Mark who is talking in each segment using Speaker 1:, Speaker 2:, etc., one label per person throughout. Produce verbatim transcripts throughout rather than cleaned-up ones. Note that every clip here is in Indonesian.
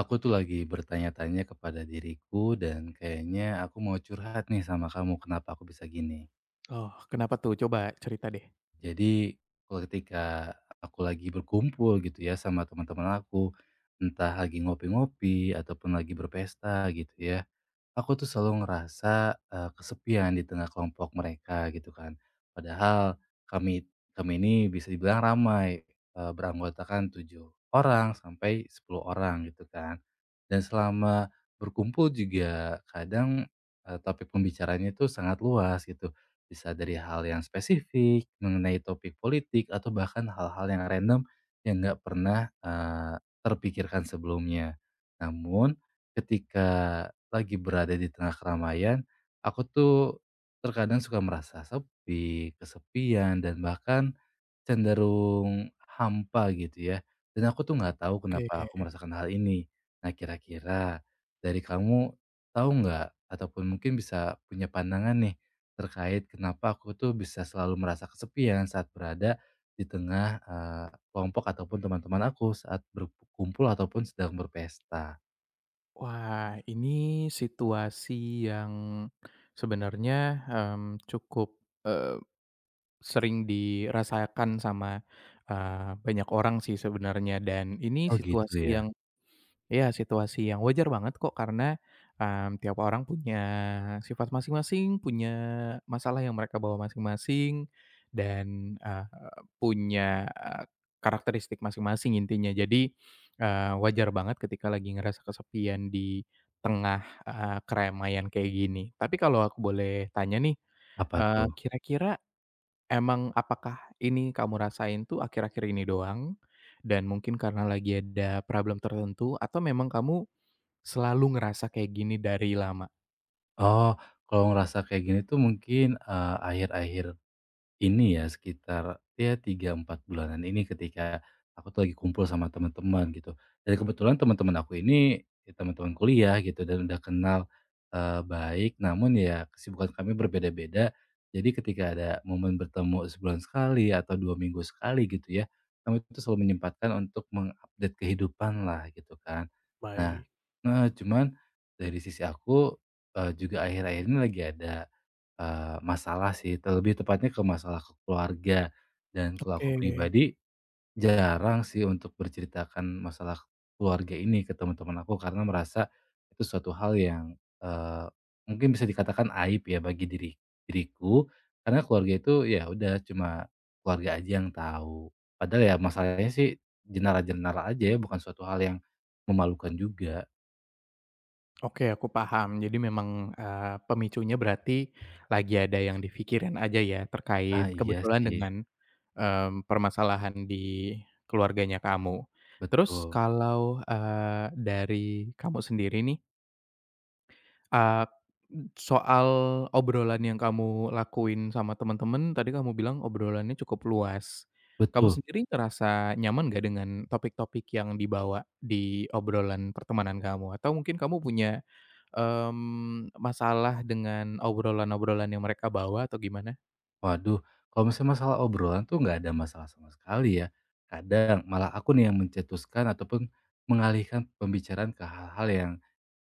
Speaker 1: Aku tuh lagi bertanya-tanya kepada diriku dan kayaknya aku mau curhat nih sama kamu kenapa aku bisa gini.
Speaker 2: Oh, kenapa tuh? Coba cerita deh.
Speaker 1: Jadi kalau ketika aku lagi berkumpul gitu ya sama teman-teman aku, entah lagi ngopi-ngopi ataupun lagi berpesta gitu ya. Aku tuh selalu ngerasa, eee, kesepian di tengah kelompok mereka gitu kan. Padahal kami kami ini bisa dibilang ramai, eee, beranggotakan tujuh orang sampai sepuluh orang gitu kan. Dan selama berkumpul juga kadang, eee, topik pembicaraannya itu sangat luas gitu. Bisa dari hal yang spesifik mengenai topik politik atau bahkan hal-hal yang random yang nggak pernah, eee, terpikirkan sebelumnya. Namun ketika lagi berada di tengah keramaian, aku tuh terkadang suka merasa sepi, kesepian, dan bahkan cenderung hampa gitu ya. Dan aku tuh nggak tahu
Speaker 2: Oke,
Speaker 1: kenapa aku merasakan hal ini. Nah kira-kira dari kamu tahu nggak ataupun mungkin bisa punya pandangan nih terkait kenapa aku tuh bisa selalu merasa kesepian saat berada di tengah eee, kelompok ataupun teman-teman aku saat berkumpul ataupun sedang berpesta.
Speaker 2: wah ini situasi yang sebenarnya, mmm, cukup, eee, sering dirasakan sama, eee, banyak orang sih sebenarnya dan ini
Speaker 1: Oh gitu
Speaker 2: situasi
Speaker 1: ya?
Speaker 2: yang iya, situasi yang wajar banget kok karena, mmm, tiap orang punya sifat masing-masing, punya masalah yang mereka bawa masing-masing, dan, eee, punya, eee, karakteristik masing-masing intinya. Jadi, eee, wajar banget ketika lagi ngerasa kesepian di tengah, eee, keramaian kayak gini. Tapi kalau aku boleh tanya nih,
Speaker 1: Apa
Speaker 2: eee,
Speaker 1: tuh?
Speaker 2: kira-kira emang apakah ini kamu rasain tuh akhir-akhir ini doang, dan mungkin karena lagi ada problem tertentu, atau memang kamu selalu ngerasa kayak gini dari lama?
Speaker 1: Oh, kalau ngerasa kayak gini tuh mungkin, eee, akhir-akhir ini ya sekitar ya tiga empat bulanan ini ketika aku tuh lagi kumpul sama teman-teman gitu. Dan kebetulan teman-teman aku ini ya teman-teman kuliah gitu dan udah kenal, eee, baik namun ya kesibukan kami berbeda-beda. Jadi ketika ada momen bertemu sebulan sekali atau dua minggu sekali gitu ya, kami itu selalu menyempatkan untuk mengupdate kehidupan lah gitu kan. Nah
Speaker 2: Baik.
Speaker 1: heeh, cuman dari sisi aku, eee, juga akhir-akhir ini lagi ada Eee, masalah sih, terlebih tepatnya ke masalah ke keluarga. Dan kalau
Speaker 2: Oke,
Speaker 1: aku pribadi, jarang sih untuk berceritakan masalah keluarga ini ke teman-teman aku karena merasa itu suatu hal yang, eee, mungkin bisa dikatakan aib ya bagi diri diriku, karena keluarga itu ya udah cuma keluarga aja yang tahu. Padahal ya masalahnya sih jenara-jenara aja ya, bukan suatu hal yang memalukan juga.
Speaker 2: oke aku paham. Jadi memang, eee, pemicunya berarti lagi ada yang dipikirin aja ya
Speaker 1: Ah,
Speaker 2: terkait
Speaker 1: iya
Speaker 2: kebetulan
Speaker 1: sih,
Speaker 2: dengan, mmm, permasalahan di keluarganya kamu. Terus
Speaker 1: betul,
Speaker 2: kalau, eee, dari kamu sendiri nih, Eee, soal obrolan yang kamu lakuin sama teman-teman tadi kamu bilang obrolannya cukup luas. Kamu
Speaker 1: betul.
Speaker 2: sendiri ngerasa nyaman nggak dengan topik-topik yang dibawa di obrolan pertemanan kamu? Atau mungkin kamu punya, mmm, masalah dengan obrolan-obrolan yang mereka bawa atau gimana?
Speaker 1: Waduh, kalau misalnya masalah obrolan tuh nggak ada masalah sama sekali ya. Kadang malah aku nih yang mencetuskan ataupun mengalihkan pembicaraan ke hal-hal yang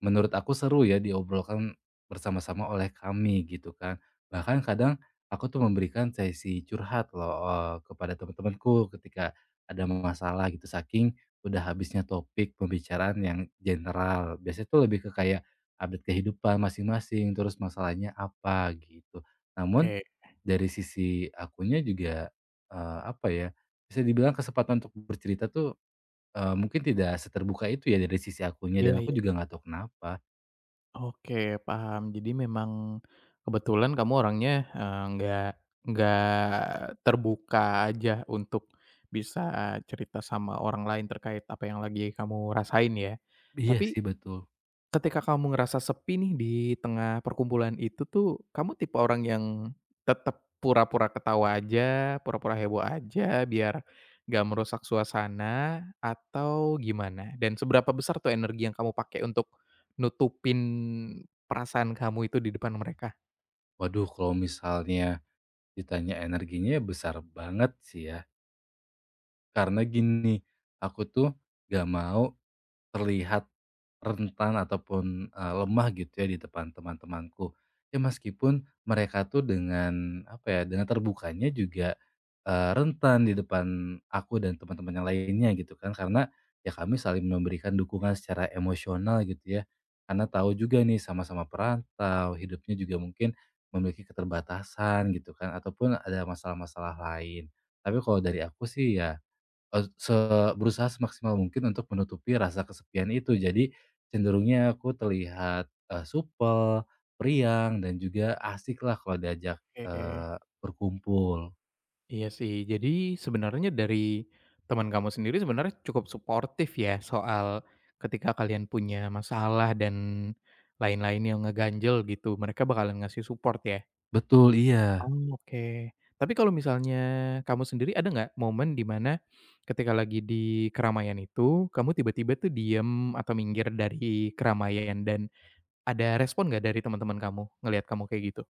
Speaker 1: menurut aku seru ya diobrolkan bersama-sama oleh kami gitu kan. Bahkan kadang aku tuh memberikan sesi curhat loh eh, kepada teman-temanku ketika ada masalah gitu saking udah habisnya topik pembicaraan yang general. Biasanya tuh lebih ke kayak update kehidupan masing-masing terus masalahnya apa gitu. Namun
Speaker 2: Oke,
Speaker 1: dari sisi akunya juga, eee, apa ya, bisa dibilang kesempatan untuk bercerita tuh, eee, mungkin tidak seterbuka itu ya dari sisi akunya
Speaker 2: iya
Speaker 1: dan aku
Speaker 2: iya.
Speaker 1: juga nggak tahu kenapa.
Speaker 2: Oke, paham. Jadi memang kebetulan kamu orangnya, eee, nggak nggak terbuka aja untuk bisa cerita sama orang lain terkait apa yang lagi kamu rasain ya.
Speaker 1: Iya
Speaker 2: Tapi,
Speaker 1: sih betul.
Speaker 2: ketika kamu ngerasa sepi nih di tengah perkumpulan itu tuh, kamu tipe orang yang tetap pura-pura ketawa aja, pura-pura heboh aja biar nggak merusak suasana atau gimana? Dan seberapa besar tuh energi yang kamu pakai untuk nutupin perasaan kamu itu di depan mereka?
Speaker 1: Waduh kalau misalnya ditanya energinya besar banget sih ya. Karena gini, aku tuh gak mau terlihat rentan ataupun, eee, lemah gitu ya di depan teman-temanku. Ya meskipun mereka tuh dengan apa ya, dengan terbukanya juga, eee, rentan di depan aku dan teman-teman yang lainnya gitu kan, karena ya kami saling memberikan dukungan secara emosional gitu ya. Karena tahu juga nih sama-sama perantau, hidupnya juga mungkin memiliki keterbatasan gitu kan, ataupun ada masalah-masalah lain. Tapi kalau dari aku sih ya Eee, se berusaha semaksimal mungkin untuk menutupi rasa kesepian itu. Jadi, cenderungnya aku terlihat, eee, supel, periang, dan juga asik lah kalau diajak,
Speaker 2: Oke.
Speaker 1: eee, berkumpul.
Speaker 2: Iya sih, jadi sebenarnya dari teman kamu sendiri sebenarnya cukup suportif ya soal ketika kalian punya masalah dan lain-lain yang ngeganjel gitu, mereka bakalan ngasih support ya?
Speaker 1: Betul, iya.
Speaker 2: Oh, oke. Tapi kalau misalnya kamu sendiri ada nggak momen di mana ketika lagi di keramaian itu, kamu tiba-tiba tuh diem atau minggir dari keramaian dan ada respon nggak dari teman-teman kamu ngelihat kamu kayak gitu?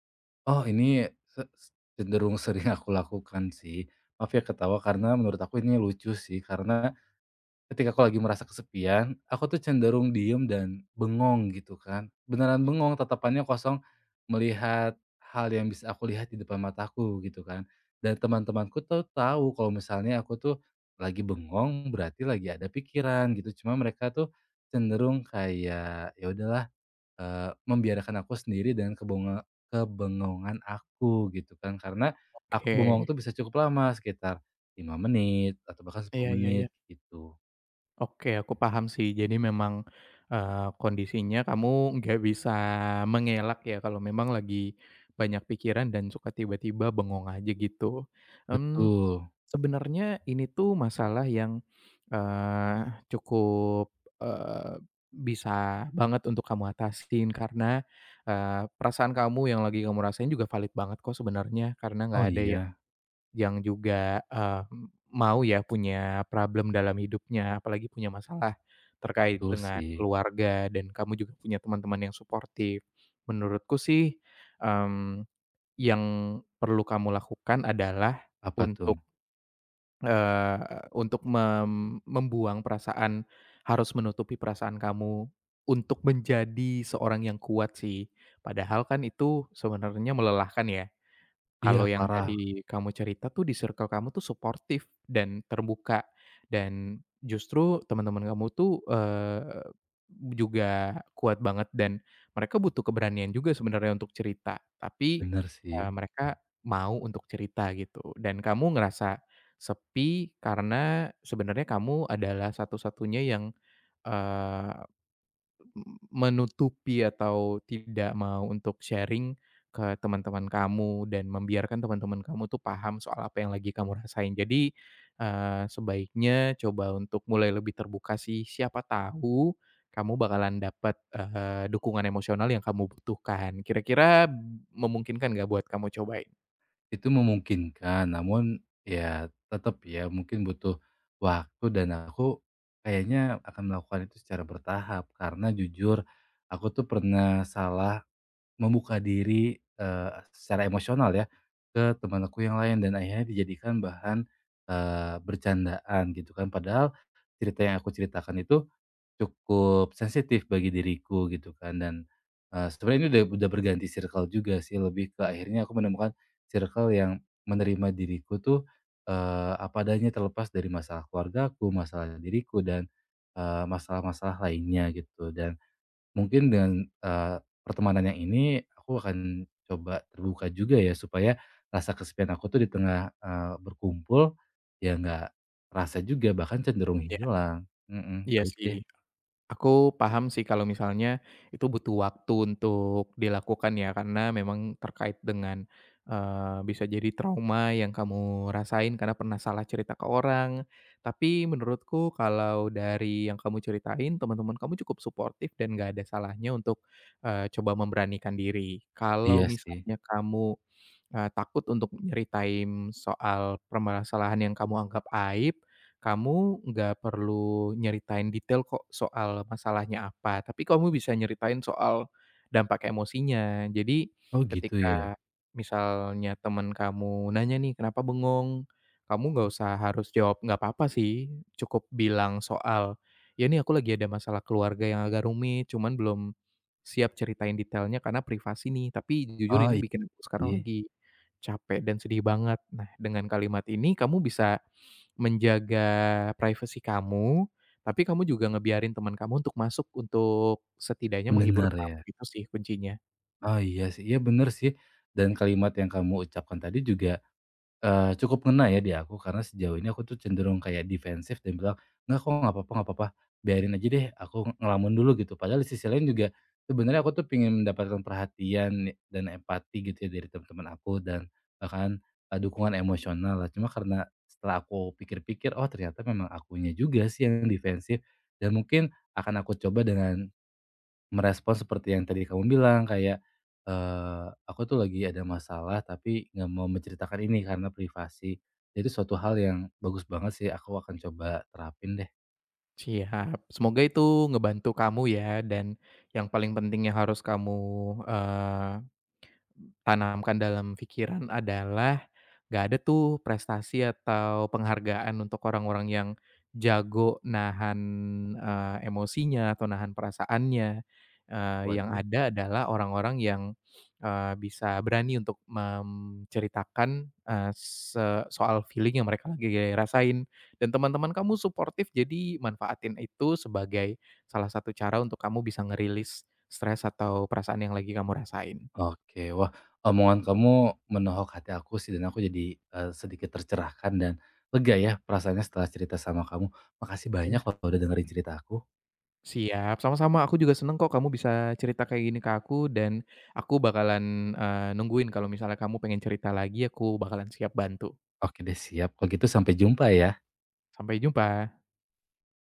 Speaker 1: Oh, ini se s cenderung sering aku lakukan sih. Maaf ya ketawa karena menurut aku ini lucu sih, karena ketika aku lagi merasa kesepian, aku tuh cenderung diem dan bengong gitu kan. Beneran bengong, tatapannya kosong melihat hal yang bisa aku lihat di depan mataku gitu kan. Dan teman-temanku tuh tahu kalau misalnya aku tuh lagi bengong berarti lagi ada pikiran gitu. Cuma mereka tuh cenderung kayak ya udahlah eh, membiarkan aku sendiri dengan kebonga- kebengongan aku gitu kan. Karena aku
Speaker 2: Oke,
Speaker 1: bengong tuh bisa cukup lama sekitar lima menit atau bahkan
Speaker 2: iya
Speaker 1: sepuluh
Speaker 2: iya iya.
Speaker 1: menit gitu.
Speaker 2: Oke, aku paham sih. Jadi memang, eee, kondisinya kamu nggak bisa mengelak ya kalau memang lagi banyak pikiran dan suka tiba-tiba bengong aja gitu. Mmm,
Speaker 1: Betul.
Speaker 2: sebenarnya ini tuh masalah yang, eee, cukup, eee, bisa banget untuk kamu atasin karena, eee, perasaan kamu yang lagi kamu rasain juga valid banget kok sebenarnya, karena nggak
Speaker 1: Oh
Speaker 2: ada yang
Speaker 1: iya,
Speaker 2: yang juga, eee, mau ya punya problem dalam hidupnya, apalagi punya masalah terkait
Speaker 1: betul
Speaker 2: dengan
Speaker 1: sih.
Speaker 2: keluarga dan kamu juga punya teman-teman yang suportif. Menurutku sih, mmm, yang perlu kamu lakukan adalah
Speaker 1: Apa tuh?
Speaker 2: untuk, eee, untuk mem membuang perasaan harus menutupi perasaan kamu untuk menjadi seorang yang kuat sih. Padahal kan itu sebenarnya melelahkan ya.
Speaker 1: Iya
Speaker 2: Kalau yang
Speaker 1: parah,
Speaker 2: dari kamu cerita tuh di circle kamu tuh suportif dan terbuka, dan justru teman-teman kamu tuh, eee, juga kuat banget dan mereka butuh keberanian juga sebenarnya untuk cerita, tapi,
Speaker 1: bener
Speaker 2: eee,
Speaker 1: sih.
Speaker 2: mereka mau untuk cerita gitu dan kamu ngerasa sepi karena sebenarnya kamu adalah satu-satunya yang menutupi atau tidak mau untuk sharing ke teman-teman kamu dan membiarkan teman-teman kamu tuh paham soal apa yang lagi kamu rasain. Jadi, eee, sebaiknya coba untuk mulai lebih terbuka sih, siapa tahu kamu bakalan dapat, eee, dukungan emosional yang kamu butuhkan. Kira-kira memungkinkan nggak buat kamu cobain?
Speaker 1: Itu memungkinkan, namun ya tetap ya mungkin butuh waktu dan aku kayaknya akan melakukan itu secara bertahap. Karena jujur aku tuh pernah salah membuka diri, eee, secara emosional ya, ke teman aku yang lain dan akhirnya dijadikan bahan, eee, bercandaan gitu kan. Padahal cerita yang aku ceritakan itu cukup sensitif bagi diriku gitu kan dan, eee, sebenarnya ini udah udah berganti circle juga sih lebih ke akhirnya aku menemukan circle yang menerima diriku tuh, eee, apa adanya terlepas dari masalah keluargaku, masalah diriku dan, eee, masalah-masalah lainnya gitu dan mungkin dengan, eee, pertemanan yang ini aku akan coba terbuka juga ya supaya rasa kesepian aku tuh di tengah, eee, berkumpul, ya nggak terasa juga bahkan cenderung
Speaker 2: Ya,
Speaker 1: hilang, mhm,
Speaker 2: iya
Speaker 1: baik
Speaker 2: sih.
Speaker 1: deh.
Speaker 2: Aku paham sih kalau misalnya itu butuh waktu untuk dilakukan ya, karena memang terkait dengan, eee, bisa jadi trauma yang kamu rasain karena pernah salah cerita ke orang. Tapi menurutku kalau dari yang kamu ceritain, teman-teman kamu cukup suportif dan nggak ada salahnya untuk, eee, coba memberanikan diri. Kalau
Speaker 1: Iya sih.
Speaker 2: misalnya kamu eee, takut untuk nyeritain soal permasalahan yang kamu anggap aib, kamu nggak perlu nyeritain detail kok soal masalahnya apa, tapi kamu bisa nyeritain soal dampak emosinya. Jadi
Speaker 1: Oh gitu ya?
Speaker 2: ketika misalnya teman kamu nanya nih, "Kenapa bengong?" Kamu nggak usah harus jawab, "Nggak apa-apa sih," cukup bilang soal, "Ya ini aku lagi ada masalah keluarga yang agak rumit, cuman belum siap ceritain detailnya karena privasi nih, tapi jujur
Speaker 1: Oh
Speaker 2: ini
Speaker 1: iya
Speaker 2: bikin aku sekarang
Speaker 1: sih,
Speaker 2: lagi capek dan sedih banget." Nah, dengan kalimat ini kamu bisa menjaga privasi kamu, tapi kamu juga ngebiarin teman kamu untuk masuk untuk setidaknya menghibur
Speaker 1: mendengar
Speaker 2: kamu,
Speaker 1: ya?
Speaker 2: itu sih kuncinya.
Speaker 1: Oh iya sih, iya bener sih, dan kalimat yang kamu ucapkan tadi juga, Eee, cukup ngena ya di aku karena sejauh ini aku tuh cenderung kayak defensif dan bilang, "Nggak kok, nggak apa-apa nggak apa-apa, biarin aja deh aku ngelamun dulu," gitu. Padahal di sisi lain juga sebenarnya aku tuh pengen mendapatkan perhatian dan empati gitu ya dari teman-teman aku dan bahkan, eee, dukungan emosional lah. Cuma karena setelah aku pikir-pikir, oh ternyata memang akunya juga sih yang defensif dan mungkin akan aku coba dengan merespon seperti yang tadi kamu bilang kayak, eee, "Aku tuh lagi ada masalah tapi nggak mau menceritakan ini karena privasi." Itu suatu hal yang bagus banget sih, aku akan coba terapin deh.
Speaker 2: Siap, semoga itu ngebantu kamu ya dan yang paling penting yang harus kamu, eee tanamkan dalam pikiran adalah, nggak ada tuh prestasi atau penghargaan untuk orang-orang yang jago nahan, eee, emosinya atau nahan perasaannya, eee, yang
Speaker 1: Waduh.
Speaker 2: ada adalah orang-orang yang, eee, bisa berani untuk menceritakan, eee, se soal feeling yang mereka lagi rasain, dan teman-teman kamu suportif jadi manfaatin itu sebagai salah satu cara untuk kamu bisa ngerilis stres atau perasaan yang lagi kamu rasain.
Speaker 1: Oke, wah omongan kamu menohok hati aku sih dan aku jadi, eee, sedikit tercerahkan dan lega ya perasaannya setelah cerita sama kamu. Makasih banyak
Speaker 2: Iya.
Speaker 1: kalau udah dengerin cerita aku.
Speaker 2: Siap, sama-sama aku juga seneng kok kamu bisa cerita kayak gini ke aku dan aku bakalan, eee, nungguin kalau misalnya kamu pengen cerita lagi, aku bakalan siap bantu.
Speaker 1: Oke deh siap, kalau gitu sampai jumpa ya.
Speaker 2: Sampai jumpa.